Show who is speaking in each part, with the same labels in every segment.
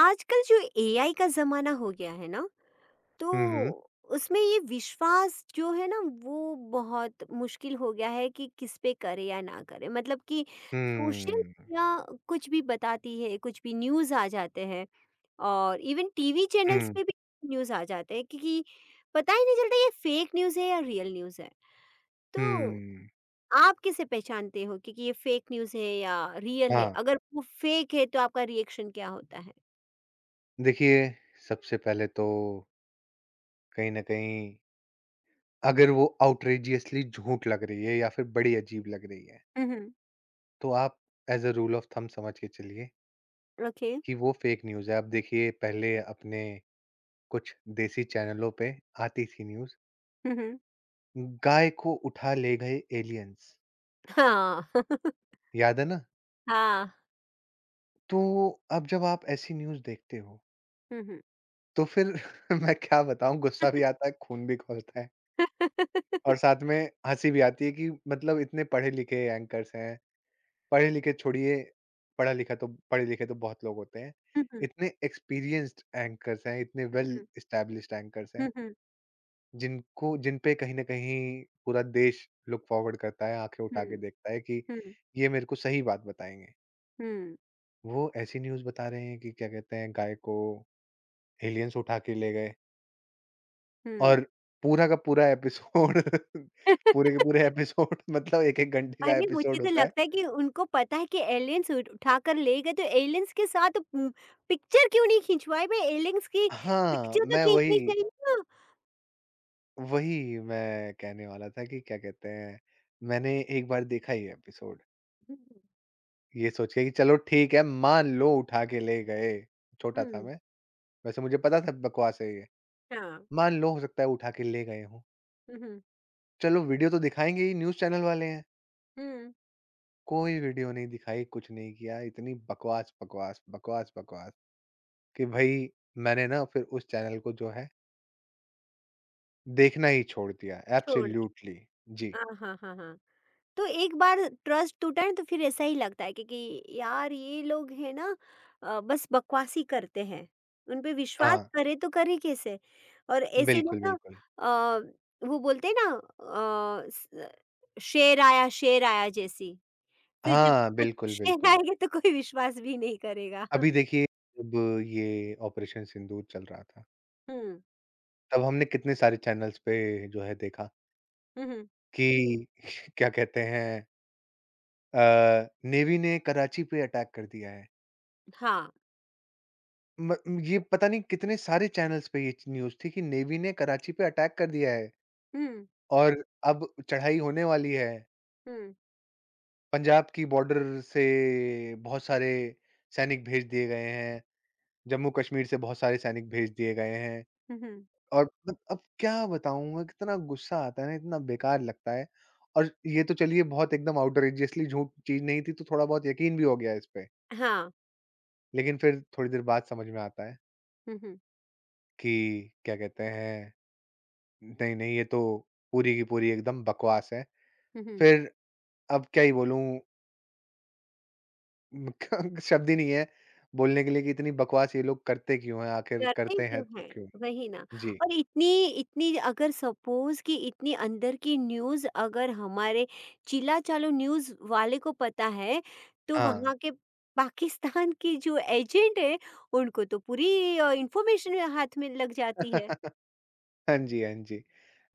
Speaker 1: आजकल जो एआई का ज़माना हो गया है ना,
Speaker 2: हुँ, हुँ।
Speaker 1: तो उसमें ये विश्वास जो है ना वो बहुत मुश्किल हो गया है कि किस पे करें या ना करें। मतलब कि सोशल
Speaker 2: हुँ,
Speaker 1: मीडिया कुछ भी बताती है, कुछ भी न्यूज़ आ जाते हैं और इवन टीवी चैनल्स
Speaker 2: हुँ,
Speaker 1: पे भी न्यूज़ आ जाते हैं क्योंकि पता ही नहीं चलता ये फेक न्यूज़ है या रियल न्यूज़ है। तो
Speaker 2: हुँ।
Speaker 1: आप कैसे पहचानते हो क्योंकि ये फेक न्यूज़ है या रियल है?
Speaker 2: हाँ,
Speaker 1: अगर वो फेक है तो आपका रिएक्शन क्या होता है?
Speaker 2: देखिए सबसे पहले तो कहीं न कहीं अगर वो आउटरेजियसली झूठ लग रही है या फिर बड़ी अजीब लग रही है,
Speaker 1: हुँ, हुँ।
Speaker 2: तो आप as a rule of thumb समझ के चलिए
Speaker 1: ओके।
Speaker 2: कि वो फ़ेक न्यूज़ है। आप देखिए पहले अपने कुछ देसी चैनलों पे आती थी न्यूज़,
Speaker 1: हुँ, हुँ।
Speaker 2: गाय को उठा ले गए एलियंस,
Speaker 1: हाँ,
Speaker 2: याद है ना?
Speaker 1: हाँ।
Speaker 2: तो अब जब आप ऐसी न्यूज़ देखते हो,
Speaker 1: हुँ, हुँ।
Speaker 2: तो फिर मैं क्या बताऊँ, गुस्सा भी आता है, खून भी खौलता है। और साथ में हँसी भी आती है कि मतलब इतने पढ़े-लिखे एंकर्स हैं, पढ़े-लिखे छोड़िए, पढ़ा-लिखा तो पढ़े-लिखे तो बहुत लोग होते हैं।
Speaker 1: हुँ, हुँ,
Speaker 2: इतने एक्सपीरियंस्ड एंकर्स हैं, इतने वेल
Speaker 1: हुँ।
Speaker 2: एस्टैब्लिश्ड एंकर्स हैं,
Speaker 1: हुँ, हुँ,
Speaker 2: जिन पे कहीं न कहीं पूरा देश लुक फॉरवर्ड करता है, आँखें उठा के
Speaker 1: हुँ,
Speaker 2: देखता है कि
Speaker 1: हुँ,
Speaker 2: ये मेरे को सही बात बताएँगे।
Speaker 1: हुँ,
Speaker 2: वो ऐसी न्यूज़ बता रहे हैं कि क्या कहते हैं, गाय को एलियंस उठा के ले गए।
Speaker 1: हुँ।
Speaker 2: और पूरा का पूरा एपिसोड पूरे के पूरे एपिसोड मतलब 1-1 घंटे का
Speaker 1: अरे! मुझे
Speaker 2: एपिसोड
Speaker 1: तो
Speaker 2: होता है।
Speaker 1: लगता है कि उनको पता है कि एलियंस उठ उठाकर ले गए तो एलियंस के साथ पिक्चर क्यों नहीं खिंचवाई भई? एलियंस की
Speaker 2: हाँ,
Speaker 1: पिक्चर तो
Speaker 2: मैं
Speaker 1: खींचनी
Speaker 2: वही
Speaker 1: चाहिए ना।
Speaker 2: वही मैं कहने वाला था कि क्या कहते हैं, मैंने एक बार देखा ये एपिसोड,
Speaker 1: हुँ, हुँ,
Speaker 2: ये सोच के कि चलो ठीक है, मान लो उठा के ले गए। छोटा था
Speaker 1: हुँ,
Speaker 2: मैं, वैसे मुझे पता था बकवास है ये।
Speaker 1: हाँ।
Speaker 2: मान लो हो सकता है उठा के ले गए हों।
Speaker 1: हुँ, हुँ,
Speaker 2: चलो वीडियो तो दिखाएँगे ही, न्यूज़ चैनल वाले हैं।
Speaker 1: हुँ।
Speaker 2: कोई वीडियो नहीं दिखाई, कुछ नहीं किया, इतनी बकवास, बकवास, बकवास, बकवास कि भई मैंने ना फिर उस चैनल को जो है देखना ही छोड़ दिया
Speaker 1: छोड़ दी।
Speaker 2: एब्सोल्यूटली। जी।
Speaker 1: हाँ, हाँ, हाँ, हाँ। तो एक बार ट्रस्ट टूटा है तो फिर ऐसा ही लगता है कि यार ये लोग है ना बस बकवासी करते हैं। उन पे विश्वास
Speaker 2: हाँ,
Speaker 1: करे तो करे कैसे। और ऐसे लोग
Speaker 2: बिल्कुल,
Speaker 1: ना
Speaker 2: बिल्कुल।
Speaker 1: वो बोलते हैं ना अ, स- शेर आया जैसी फिर जब
Speaker 2: हाँ,
Speaker 1: सच में
Speaker 2: बिल्कुल,
Speaker 1: शेर
Speaker 2: बिल्कुल।
Speaker 1: आएगा तो कोई विश्वास भी नहीं करेगा।
Speaker 2: अभी देखिए, जब ये ऑपरेशन सिंदूर चल रहा था,
Speaker 1: हम्म
Speaker 2: तब हमने कितने सारे चैनल्स पे जो है देखा
Speaker 1: हम्म
Speaker 2: कि क्या कहते हैं, अ, नेवी ने कराची पे अटैक कर दिया है।
Speaker 1: हाँ
Speaker 2: म ये पता नहीं कितने सारे चैनल्स पे ये न्यूज़ थी कि नेवी ने कराची पे अटैक कर दिया है
Speaker 1: हम्म
Speaker 2: और अब चढ़ाई होने वाली है।
Speaker 1: हम्म
Speaker 2: पंजाब की बॉर्डर से बहुत सारे सैनिक भेज दिए गए हैं, जम्मू-कश्मीर से बहुत सारे सैनिक भेज दिए गए हैं।
Speaker 1: हम्म
Speaker 2: और मतलब अब क्या बताऊँ, मैं कितना गुस्सा आता है ना, इतना बेकार लगता है। और ये तो चलिए बहुत एकदम आउटरेजियसली झूठ चीज़ नहीं थी, तो थोड़ा बहुत यकीन भी हो गया इस पे।
Speaker 1: हाँ
Speaker 2: लेकिन फिर थोड़ी देर बाद समझ में आता है
Speaker 1: हम्म हम्म
Speaker 2: कि क्या कहते हैं, नहीं, नहीं ये तो पूरी की पूरी एकदम बकवास है।
Speaker 1: हम्म
Speaker 2: फिर अब क्या ही बोलूँ, म क शब्द ही नहीं है बोलने के लिए कि इतनी बकवास ये लोग करते क्यों हैं, आखिर
Speaker 1: करते
Speaker 2: करते हैं
Speaker 1: क्यों
Speaker 2: तो
Speaker 1: हैं?
Speaker 2: क्यों?
Speaker 1: वही ना।
Speaker 2: जी,
Speaker 1: और इतनी इतनी अगर सपोज कि इतनी अंदर की न्यूज़ अगर हमारे चिल्ला चालो न्यूज़ वाले को पता है, तो
Speaker 2: हाँ।
Speaker 1: वहाँ के पाकिस्तान के जो एजेंट हैं, उनको तो पूरी इन्फॉर्मेशन हाथ में लग जाती है।
Speaker 2: हाँ जी, हाँ जी।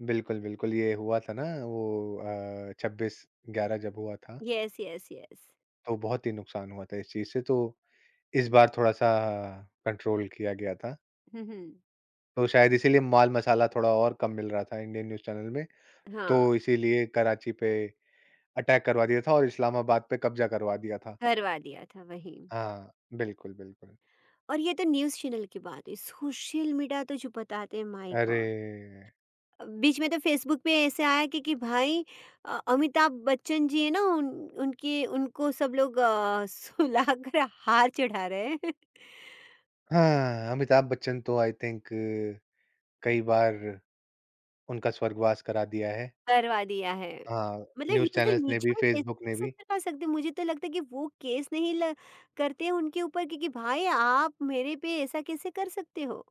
Speaker 2: बिल्कुल, बिल्कुल। ये हुआ था ना वो 26/11 जब हुआ था,
Speaker 1: यस, यस, यस।
Speaker 2: तो बहुत ही नुकसान हुआ था इस चीज़ से, तो इस बार थोड़ा-सा कंट्रोल किया गया था।
Speaker 1: हुँ, हुँ।
Speaker 2: तो शायद इसीलिए माल-मसाला थोड़ा और कम मिल रहा था इंडियन न्यूज़ चैनल में,
Speaker 1: हाँ,
Speaker 2: तो इसीलिए कराची पे अटैक करवा दिया था और इस्लामाबाद पे कब्ज़ा करवा दिया था।
Speaker 1: करवा दिया था वही।
Speaker 2: हाँ, बिल्कुल, बिल्कुल।
Speaker 1: और ये तो न्यूज़ चैनल की बात है, सोशल मीडिया तो जो बताते हैं माय
Speaker 2: अरे!
Speaker 1: गॉड! बीच में तो फेसबुक पे ऐसे आया कि भाई अमिताभ बच्चन जी है ना उन उनके उनको सब लोग सुलाकर हार चढ़ा रहे हैं।
Speaker 2: हाँ, अमिताभ बच्चन तो आई थिंक कई बार उनका स्वर्गवास करा दिया है।
Speaker 1: करवा दिया है।
Speaker 2: हाँ,
Speaker 1: मतलब ही
Speaker 2: न्यूज़
Speaker 1: इज
Speaker 2: चैनल्स ने भी,
Speaker 1: लीजिए केस
Speaker 2: फ़ेसबुक ने
Speaker 1: कैसे
Speaker 2: भी।
Speaker 1: करवा सकते हैं? मुझे तो लगता है कि वो केस नहीं करते हैं उनके ऊपर कि भाई आप मेरे पे ऐसा कैसे कर सकते हो।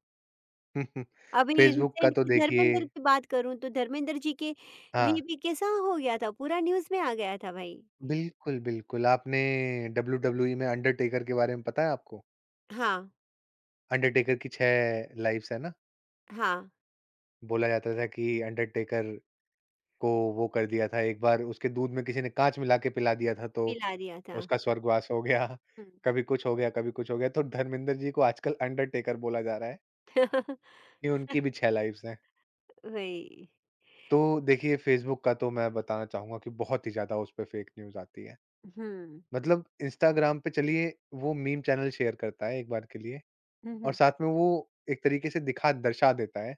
Speaker 1: अभी
Speaker 2: फ़ेसबुक का
Speaker 1: रिसेंट
Speaker 2: तो
Speaker 1: की धर्मेंद्र
Speaker 2: देखिए,
Speaker 1: की बात करूं तो धर्मेंद्र जी के
Speaker 2: हाँ,
Speaker 1: लिए भी कैसा हो गया था, पूरा न्यूज में आ गया था भाई।
Speaker 2: बिल्कुल, बिल्कुल। आपने डब्ल्यूडब्ल्यूई में अंडरटेकर के बारे में पता है आपको?
Speaker 1: हाँ
Speaker 2: अंडरटेकर की 6 लाइफ़्स है ना?
Speaker 1: हाँ
Speaker 2: बोला जाता था कि अंडरटेकर को वो कर दिया था, एक बार उसके दूध में किसी ने काँच मिला के पिला दिया था तो
Speaker 1: पिला दिया था।
Speaker 2: उसका स्वर्गवास हो गया।
Speaker 1: हम्म।
Speaker 2: कभी कुछ हो गया, कभी कुछ हो गया। तो धर्मेंद्र जी को आजकल अंडरटेकर बोला जा रहा है कि उनकी भी 6 लाइफ़्स हैं।
Speaker 1: वही।
Speaker 2: तो देखिए फ़ेसबुक का तो मैं बताना चाहूँगा कि बहुत ही ज़्यादा उस पे फ़ेक न्यूज़ आती है।
Speaker 1: हुँ।
Speaker 2: मतलब इंस्टाग्राम पे चलिए, वो मीम चैनल शेयर करता है एक बार के लिए
Speaker 1: हुँ,
Speaker 2: और
Speaker 1: हुँ।
Speaker 2: साथ में वो एक तरीके से दिखा दर्शा देता है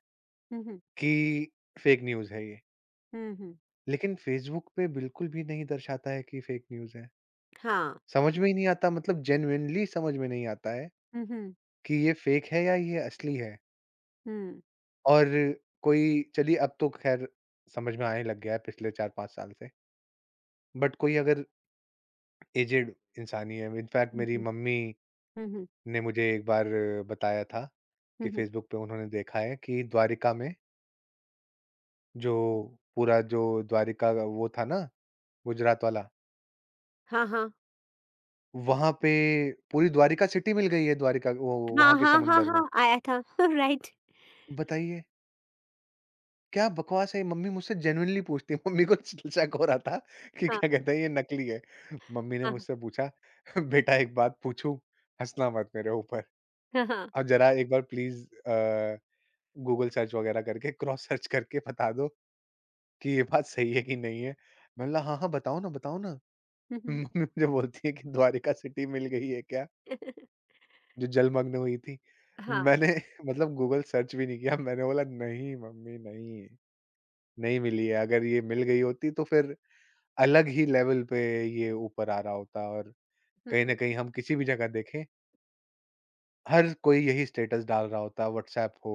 Speaker 1: हुँ, हुँ।
Speaker 2: कि फेक न्यूज़ है ये।
Speaker 1: हुँ, हुँ।
Speaker 2: लेकिन फेसबुक पे बिल्कुल भी नहीं दर्शाता है कि फेक न्यूज़ है।
Speaker 1: हाँ।
Speaker 2: समझ में ही नहीं आता, मतलब जेनुइनली समझ में नहीं आता है
Speaker 1: हुँ, हुँ।
Speaker 2: कि ये फेक है या ये असली है।
Speaker 1: हुँ।
Speaker 2: और कोई चलिए अब तो खैर समझ में आने लग गया है पिछले 4-5 साल से। बट कोई अगर एजेड इंसान ही है, इनफैक्ट
Speaker 1: हुँ,
Speaker 2: मेरी
Speaker 1: हुँ।
Speaker 2: मम्मी
Speaker 1: हुँ, हुँ।
Speaker 2: ने मुझे एक बार बताया था
Speaker 1: हुँ,
Speaker 2: कि
Speaker 1: हुँ।
Speaker 2: फेसबुक पे उन्होंने देखा है कि द्वारिका में जो पूरा जो द्वारिका का वो था ना, गुजरात वाला,
Speaker 1: हाँ, हाँ।
Speaker 2: वहां पे पूरी द्वारिका सिटी मिल गई है, द्वारिका वो
Speaker 1: हाँ,
Speaker 2: वहां के
Speaker 1: हाँ, हाँ,
Speaker 2: समुंदर में।
Speaker 1: हाँ, आया था। राइट।
Speaker 2: बताइए क्या बकवास है! मम्मी मुझसे जेन्युइनली पूछती, मम्मी को शक हो रहा था कि
Speaker 1: हाँ,
Speaker 2: क्या कहते हैं ये नकली है। मम्मी ने
Speaker 1: हाँ,
Speaker 2: मुझसे पूछा, "बेटा एक बात पूछूं, हंसना मत मेरे ऊपर,
Speaker 1: हाँ, हाँ।
Speaker 2: और जरा एक बार प्लीज गूगल सर्च वगैरह करके, क्रॉस सर्च करके बता दो कि ये बात सही है कि नहीं है?" मैंने बोला, "हाँ, हाँ, बताओ ना, बताओ ना।"
Speaker 1: हुँ, हुँ।
Speaker 2: मम्मी मुझे बोलती है कि "द्वारिका सिटी मिल गई है क्या, जो जलमग्न हुई थी?"
Speaker 1: हाँ।
Speaker 2: मैंने मतलब गूगल सर्च भी नहीं किया। मैंने बोला, "नहीं मम्मी, नहीं, नहीं मिली है। अगर ये मिल गई होती तो फिर अलग ही लेवल पे ये ऊपर आ रहा होता और कहीं न
Speaker 1: हुँ।
Speaker 2: कहीं हम किसी भी जगह देखें, हर कोई यही स्टेटस डाल रहा होता। व्हाट्सऐप हो,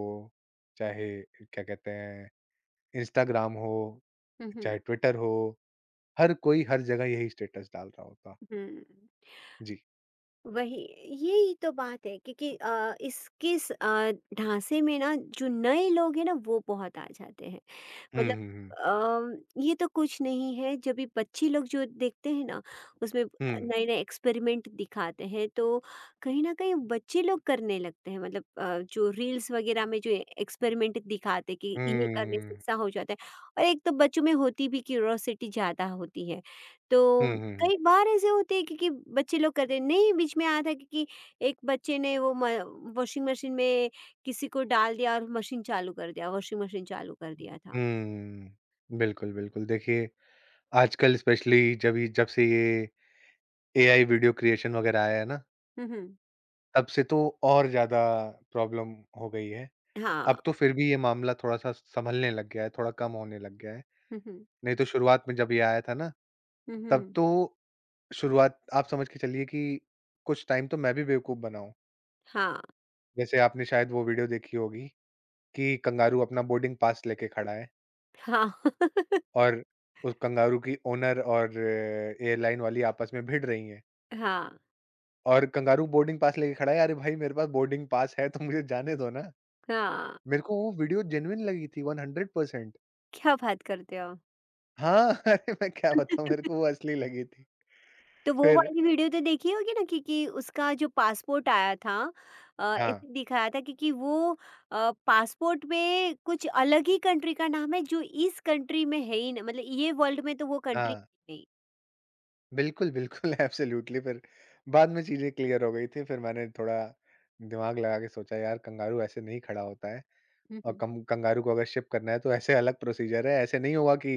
Speaker 2: चाहे क्या कहते हैं, इंस्टाग्राम हो,
Speaker 1: हुँ, हुँ।
Speaker 2: चाहे ट्विटर हो, हर कोई हर जगह यही स्टेटस डाल रहा होता।"
Speaker 1: हुँ।
Speaker 2: जी।
Speaker 1: वही, यही तो बात है क्योंकि इसके इस किस ढाँचे में ना जो नए लोग हैं ना वो बहुत आ जाते हैं।
Speaker 2: हुँ,
Speaker 1: मतलब
Speaker 2: हुँ, हुँ।
Speaker 1: अम, ये तो कुछ नहीं है। जब भी बच्चे लोग जो देखते हैं ना उसमें
Speaker 2: हुँ।
Speaker 1: नए नए एक्सपेरिमेंट दिखाते हैं तो कहीं ना कहीं बच्चे लोग करने लगते हैं। मतलब जो रील्स वगैरह में जो एक्सपेरिमेंट दिखाते कि ये करने से
Speaker 2: हुँ।
Speaker 1: ऐसा हो जाता है। और एक तो बच्चों में होती भी क्यूरोसिटी ज़्यादा होती है तो
Speaker 2: हुँ, हुँ, हुँ।
Speaker 1: कई बार ऐसे होते हैं कि बच्चे लोग करते हैं। नहीं बीच में आया था कि एक बच्चे ने वो वॉशिंग मशीन में किसी को डाल दिया और मशीन चालू कर दिया, वॉशिंग मशीन चालू कर दिया था।
Speaker 2: हुँ। बिल्कुल, बिल्कुल। देखिए, आजकल स्पेशली जब से ये एआई वीडियो क्रिएशन वगैरह आया है ना,
Speaker 1: हुँ, हुँ।
Speaker 2: तब से तो और ज़्यादा प्रॉब्लम हो गई है।
Speaker 1: हाँ।
Speaker 2: अब तो फिर भी ये मामला थोड़ा-सा सँभलने लग गया है, थोड़ा कम होने लग गया है।
Speaker 1: हुँ, हुँ।
Speaker 2: नहीं तो शुरुआत में जब ये आया था ना,
Speaker 1: हुँ,
Speaker 2: तब
Speaker 1: हुँ।
Speaker 2: तो शुरुआत आप समझ के चलिए कि कुछ टाइम तो मैं भी बेवकूफ़ बना हूँ।
Speaker 1: हाँ,
Speaker 2: जैसे आपने शायद वो वीडियो देखी होगी कि कंगारू अपना बोर्डिंग पास लेके खड़ा है।
Speaker 1: हाँ,
Speaker 2: और उस कंगारू की ओनर और एयरलाइन वाली आपस में भिड़ रही हैं
Speaker 1: हाँ,
Speaker 2: और कंगारू बोर्डिंग पास लेके खड़ा है, "अरे भाई मेरे पास बोर्डिंग पास है तो मुझे जाने दो ना।"
Speaker 1: हाँ।
Speaker 2: मेरे को वो वीडियो जेन्युइन लगी थी 100%।
Speaker 1: क्या बात करते हो आप?
Speaker 2: हाँ, अरे मैं क्या बताऊँ, मेरे को वो असली लगी थी।
Speaker 1: तो वो
Speaker 2: फिर
Speaker 1: वाली वीडियो तो देखी होगी ना कि उसका जो पासपोर्ट आया था अ,
Speaker 2: हाँ,
Speaker 1: ऐसे दिखाया था कि वो पासपोर्ट में कुछ अलग ही कंट्री का नाम है जो इस कंट्री में है ही ना, मतलब ये वर्ल्ड में तो वो कंट्री
Speaker 2: हाँ,
Speaker 1: नहीं।
Speaker 2: बिल्कुल, बिल्कुल। एब्सोल्यूटली। फिर बाद में चीज़ें क्लियर हो गई थी, फिर मैंने थोड़ा दिमाग लगा के सोचा यार कंगारू ऐसे नहीं खड़ा होता है।
Speaker 1: हुँ,
Speaker 2: और
Speaker 1: हुँ।
Speaker 2: कम कंगारू को अगर शिप करना है तो ऐसे अलग प्रोसीजर है। ऐसे नहीं होगा कि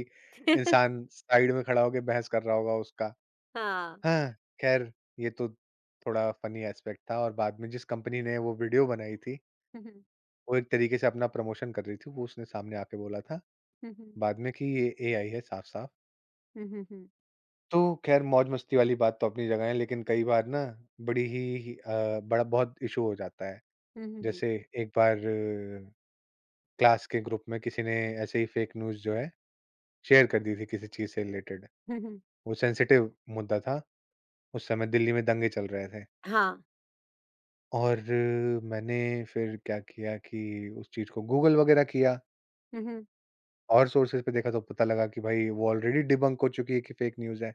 Speaker 2: इंसान साइड में खड़ा होके बहस कर रहा होगा उसका।
Speaker 1: हाँ।
Speaker 2: हाँ, ख़ैर ये तो थोड़ा फ़नी एस्पेक्ट था और बाद में जिस कंपनी ने वो वीडियो बनाई थी,
Speaker 1: हुँ, हुँ।
Speaker 2: वो एक तरीके से अपना प्रमोशन कर रही थी, वो उसने सामने आके बोला था
Speaker 1: हुँ, हुँ।
Speaker 2: बाद में कि ये एआई है साफ-साफ।
Speaker 1: हुँ, हुँ, हुँ।
Speaker 2: तो ख़ैर मौज-मस्ती वाली बात तो अपनी जगह है, लेकिन कई बार ना बड़ा बहुत इश्यू हो जाता है।
Speaker 1: हुँ, हुँ, हुँ।
Speaker 2: जैसे एक बार क्लास के ग्रुप में किसी ने ऐसे ही फ़ेक न्यूज़ जो है शेयर कर दी थी किसी चीज़ से रिलेटेड।
Speaker 1: हुँ, हुँ।
Speaker 2: वो सेंसिटिव मुद्दा था, उस समय दिल्ली में दंगे चल रहे थे
Speaker 1: हाँ।
Speaker 2: और मैंने फिर क्या किया कि उस चीज़ को गूगल वगैरह किया
Speaker 1: हुँ, हुँ।
Speaker 2: और सोर्सेज़ पे देखा तो पता लगा कि भाई वो ऑलरेडी डिबंक हो चुकी है कि फेक न्यूज़ है।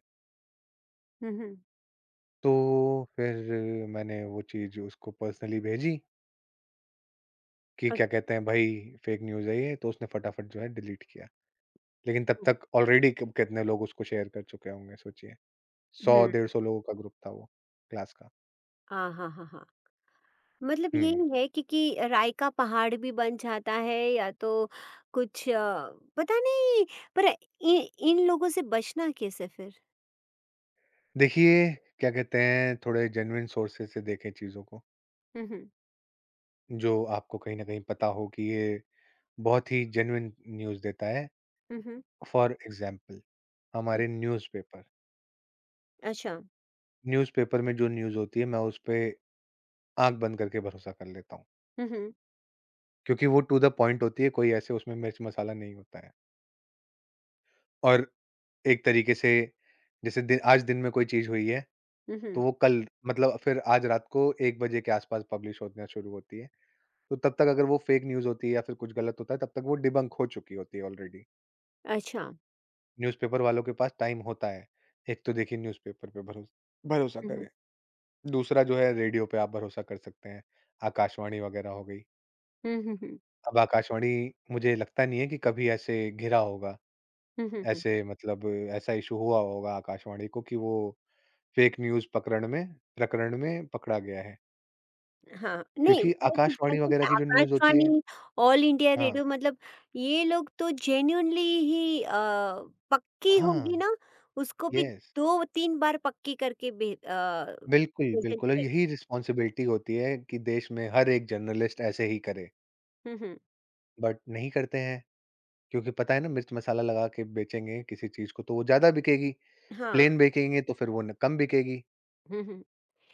Speaker 1: हुँ, हुँ।
Speaker 2: तो फिर मैंने वो चीज़ उसको पर्सनली भेजी कि क्या कहते हैं भाई फेक न्यूज़ है ये, तो उसने फटाफट जो है डिलीट किया। लेकिन तब
Speaker 1: अच्छा।
Speaker 2: तक ऑलरेडी क कितने लोग उसको शेयर कर चुके होंगे सोचिए। 100,
Speaker 1: हुँ।
Speaker 2: डेढ़ 100 लोगों का ग्रुप था वो, क्लास का।
Speaker 1: हाँ, हाँ, हाँ, हाँ। मतलब
Speaker 2: हुँ।
Speaker 1: यही है कि राय का पहाड़ भी बन जाता है या तो कुछ पता नहीं पर इन लोगों से बचना कैसे फिर।
Speaker 2: देखिए, क्या कहते हैं, थोड़े जेन्युइन सोर्सेज़ से देखें चीज़ों को,
Speaker 1: हम्म हम्म
Speaker 2: जो आपको कहीं न कहीं पता हो कि ये बहुत ही जेन्युइन न्यूज़ देता है।
Speaker 1: हम्म
Speaker 2: फॉर एग्ज़ाम्पल
Speaker 1: हम्म,
Speaker 2: हमारे न्यूज़पेपर,
Speaker 1: अच्छा
Speaker 2: न्यूज़पेपर में जो न्यूज़ होती है, मैं उसपे आँख बंद करके भरोसा कर लेता हूँ,
Speaker 1: हम्म हम्म
Speaker 2: क्योंकि वो टू द पॉइंट होती है, कोई ऐसे उसमें मिर्च-मसाला नहीं होता है। और एक तरीके से जैसे दिन आज दिन में कोई चीज़ हुई है, तो
Speaker 1: हम्म
Speaker 2: वो कल मतलब फिर आज रात को 1 बजे के आस-पास पब्लिश होना शुरू होती है। तो तब तक अगर वो फेक न्यूज़ होती है या फिर कुछ गलत होता है, तब तक वो डिबंक हो चुकी होती है ऑलरेडी।
Speaker 1: अच्छा
Speaker 2: न्यूज़पेपर वालों के पास टाइम होता है। एक तो देखिए न्यूज़पेपर पे भरोसा
Speaker 1: हम्म
Speaker 2: करें। दूसरा जो है रेडियो पे आप भरोसा कर सकते हैं, आकाशवाणी वगैरह हो गई।
Speaker 1: हम्म हम्म
Speaker 2: अब आकाशवाणी मुझे लगता नहीं है कि कभी ऐसे घिरा होगा,
Speaker 1: हम्म हम्म,
Speaker 2: ऐसे मतलब ऐसा इश्यू हुआ होगा आकाशवाणी को कि वो फेक न्यूज़ पकड़न में प्रकरण में पकड़ा गया है।
Speaker 1: हाँ नहीं
Speaker 2: क्योंकि
Speaker 1: वो तो
Speaker 2: आकाशवाणी वगैरह
Speaker 1: genuinely
Speaker 2: की जो न्यूज़ होती है,
Speaker 1: आकाशवाणी ऑल इंडिया
Speaker 2: हाँ,
Speaker 1: रेडियो मतलब ये लोग तो जेन्यूनली ही पक्की
Speaker 2: हाँ,
Speaker 1: होगी ना, उसको भी
Speaker 2: येस।
Speaker 1: दो तीन बार पक्की करके
Speaker 2: बिल्कुल,
Speaker 1: प्रेजेंट
Speaker 2: बिल्कुल। और
Speaker 1: कर।
Speaker 2: यही रिस्पॉन्सिबिलिटी होती है कि देश में हर एक जर्नलिस्ट ऐसे ही करे,
Speaker 1: हम्म हम्म
Speaker 2: बट नहीं करते हैं क्योंकि पता है ना मिर्च मसाला लगा के बेचेंगे किसी चीज़ को तो वो ज़्यादा बिकेगी,
Speaker 1: हाँ।
Speaker 2: प्लेन बेचेंगे तो फिर वो न कम बिकेगी,
Speaker 1: हुँ, हुँ।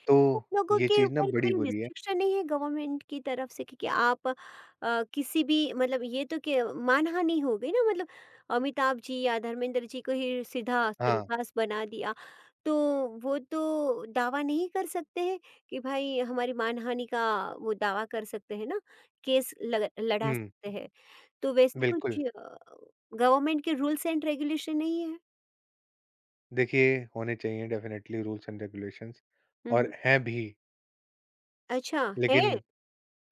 Speaker 2: तो
Speaker 1: उन लोगों
Speaker 2: ये
Speaker 1: के
Speaker 2: चीज़ ना
Speaker 1: ऊपर
Speaker 2: बड़ी
Speaker 1: कोई
Speaker 2: बुरी है।
Speaker 1: रिस्ट्रिक्शन नहीं है गवर्नमेंट की तरफ से कि आप किसी भी मतलब ये तो क्या मानहानि हो गई ना, मतलब अमिताभ जी या धर्मेंद्र जी को ही सीधा
Speaker 2: हाँ,
Speaker 1: सूरकास बना दिया। तो वो तो दावा नहीं कर सकते हैं कि भाई हमारी मानहानि का वो दावा कर सकते हैं ना, केस लग लड़ा
Speaker 2: हुँ,
Speaker 1: सकते हैं। तो वैसे कुछ
Speaker 2: बिल्कुल।
Speaker 1: गवर्नमेंट के रूल्स एंड रेगुलेशन नहीं है?
Speaker 2: देखिए, होने चाहिए डेफ़िनेटली रूल्स एंड रेगुलेशंस,
Speaker 1: हुँ,
Speaker 2: और
Speaker 1: हुँ।
Speaker 2: हैं भी,
Speaker 1: अच्छा।
Speaker 2: लेकिन
Speaker 1: है?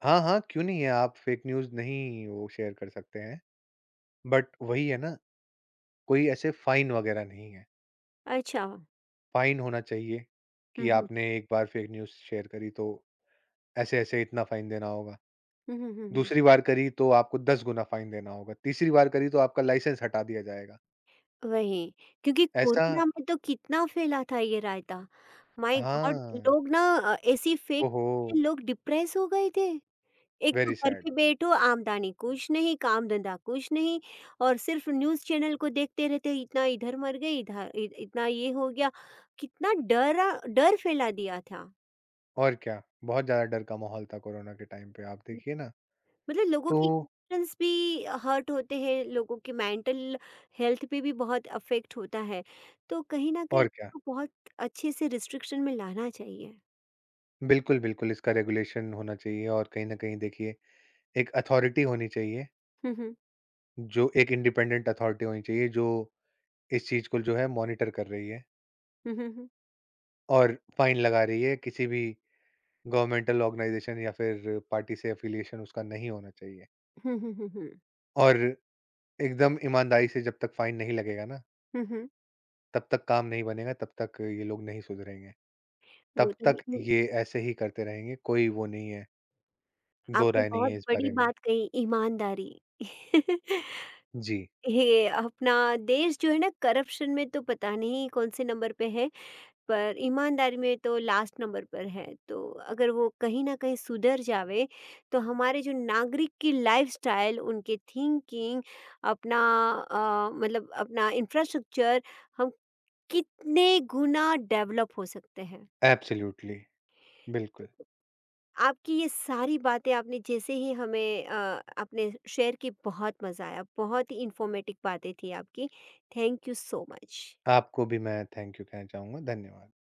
Speaker 2: हाँ, हाँ, क्यों नहीं है। आप फेक न्यूज़ नहीं वो शेयर कर सकते हैं, बट वही है ना, कोई ऐसे फाइन वगैरह नहीं है।
Speaker 1: अच्छा।
Speaker 2: फाइन होना चाहिए
Speaker 1: हुँ,
Speaker 2: कि
Speaker 1: हुँ।
Speaker 2: आपने एक बार फेक न्यूज़ शेयर करी तो ऐसे-ऐसे इतना फाइन देना होगा।
Speaker 1: हुँ, हुँ, हुँ, हुँ।
Speaker 2: दूसरी बार करी तो आपको 10 गुना फाइन देना होगा, तीसरी बार करी तो आपका लाइसेंस हटा दिया जाएगा।
Speaker 1: वही, क्योंकि
Speaker 2: ऐसा
Speaker 1: कोरोना में तो कितना फैला था ये रायता। My God!
Speaker 2: हाँ,
Speaker 1: लोग ना ऐसी फेक
Speaker 2: ओहो!
Speaker 1: लोग डिप्रेस हो गए थे। एक तो
Speaker 2: वेरी
Speaker 1: घर
Speaker 2: सैड।
Speaker 1: पे बैठो, आमदनी कुछ नहीं, काम-धंधा कुछ नहीं और सिर्फ न्यूज़ चैनल को देखते रहते, इतना इधर मर गई, इधा इ इतना ये हो गया, कितना डरा डर फैला दिया था।
Speaker 2: और क्या, बहुत ज़्यादा डर का माहौल था कोरोना के टाइम पे आप देखिए ना,
Speaker 1: मतलब लोगों के
Speaker 2: तो
Speaker 1: इमोशंस भी हर्ट होते हैं, लोगों के मेंटल हेल्थ पे भी बहुत अफेक्ट होता है तो कहीं ना कहीं
Speaker 2: और क्या।
Speaker 1: इसको बहुत अच्छे से रिस्ट्रिक्शन में लाना चाहिए।
Speaker 2: बिल्कुल, बिल्कुल इसका रेगुलेशन होना चाहिए और कहीं न कहीं देखिए एक अथॉरिटी होनी चाहिए,
Speaker 1: हम्म हम्म
Speaker 2: जो एक इंडिपेंडेंट अथॉरिटी होनी चाहिए जो इस चीज़ को जो है मॉनिटर कर रही है।
Speaker 1: हम्म हम्म
Speaker 2: और फाइन लगा रही है, किसी भी गवर्नमेंटल ऑर्गनाइज़ेशन या फिर पार्टी से एफ़िलिएशन उसका नहीं होना चाहिए।
Speaker 1: हम्म हम्म हम्म, हम्म,
Speaker 2: और एकदम ईमानदारी से जब तक फाइन नहीं लगेगा ना,
Speaker 1: हम्म।
Speaker 2: तब तक काम नहीं बनेगा, तब तक ये लोग नहीं सुधरेंगे।
Speaker 1: वो
Speaker 2: तब
Speaker 1: तो
Speaker 2: तक
Speaker 1: ये
Speaker 2: ये ऐसे ही करते रहेंगे, कोई वो नहीं है, दो
Speaker 1: आपने
Speaker 2: राय नहीं
Speaker 1: बहुत
Speaker 2: है इस
Speaker 1: बड़ी
Speaker 2: बारे में।
Speaker 1: बात कही, ईमानदारी।
Speaker 2: जी,
Speaker 1: ये अपना देश जो है ना, करप्शन में तो पता नहीं कौन से नंबर पे है, पर ईमानदारी में तो लास्ट नंबर पर है तो अगर वो कहीं ना कहीं सुधर जावे तो हमारे जो नागरिक की लाइफस्टाइल, उनके थिंकिंग, अपना मतलब अपना इंफ्रास्ट्रक्चर, हम कितने गुना डेवलप हो सकते हैं।
Speaker 2: एब्सोल्यूटली, बिल्कुल।
Speaker 1: आपकी ये सारी बातें आपने जैसे ही हमें आपने शेयर की, बहुत मज़ा आया। बहुत ही इंफॉर्मेटिव बातें थी आपकी। Thank you so much.
Speaker 2: आपको भी मैं थैंक यू कहना चाहूँगा, धन्यवाद।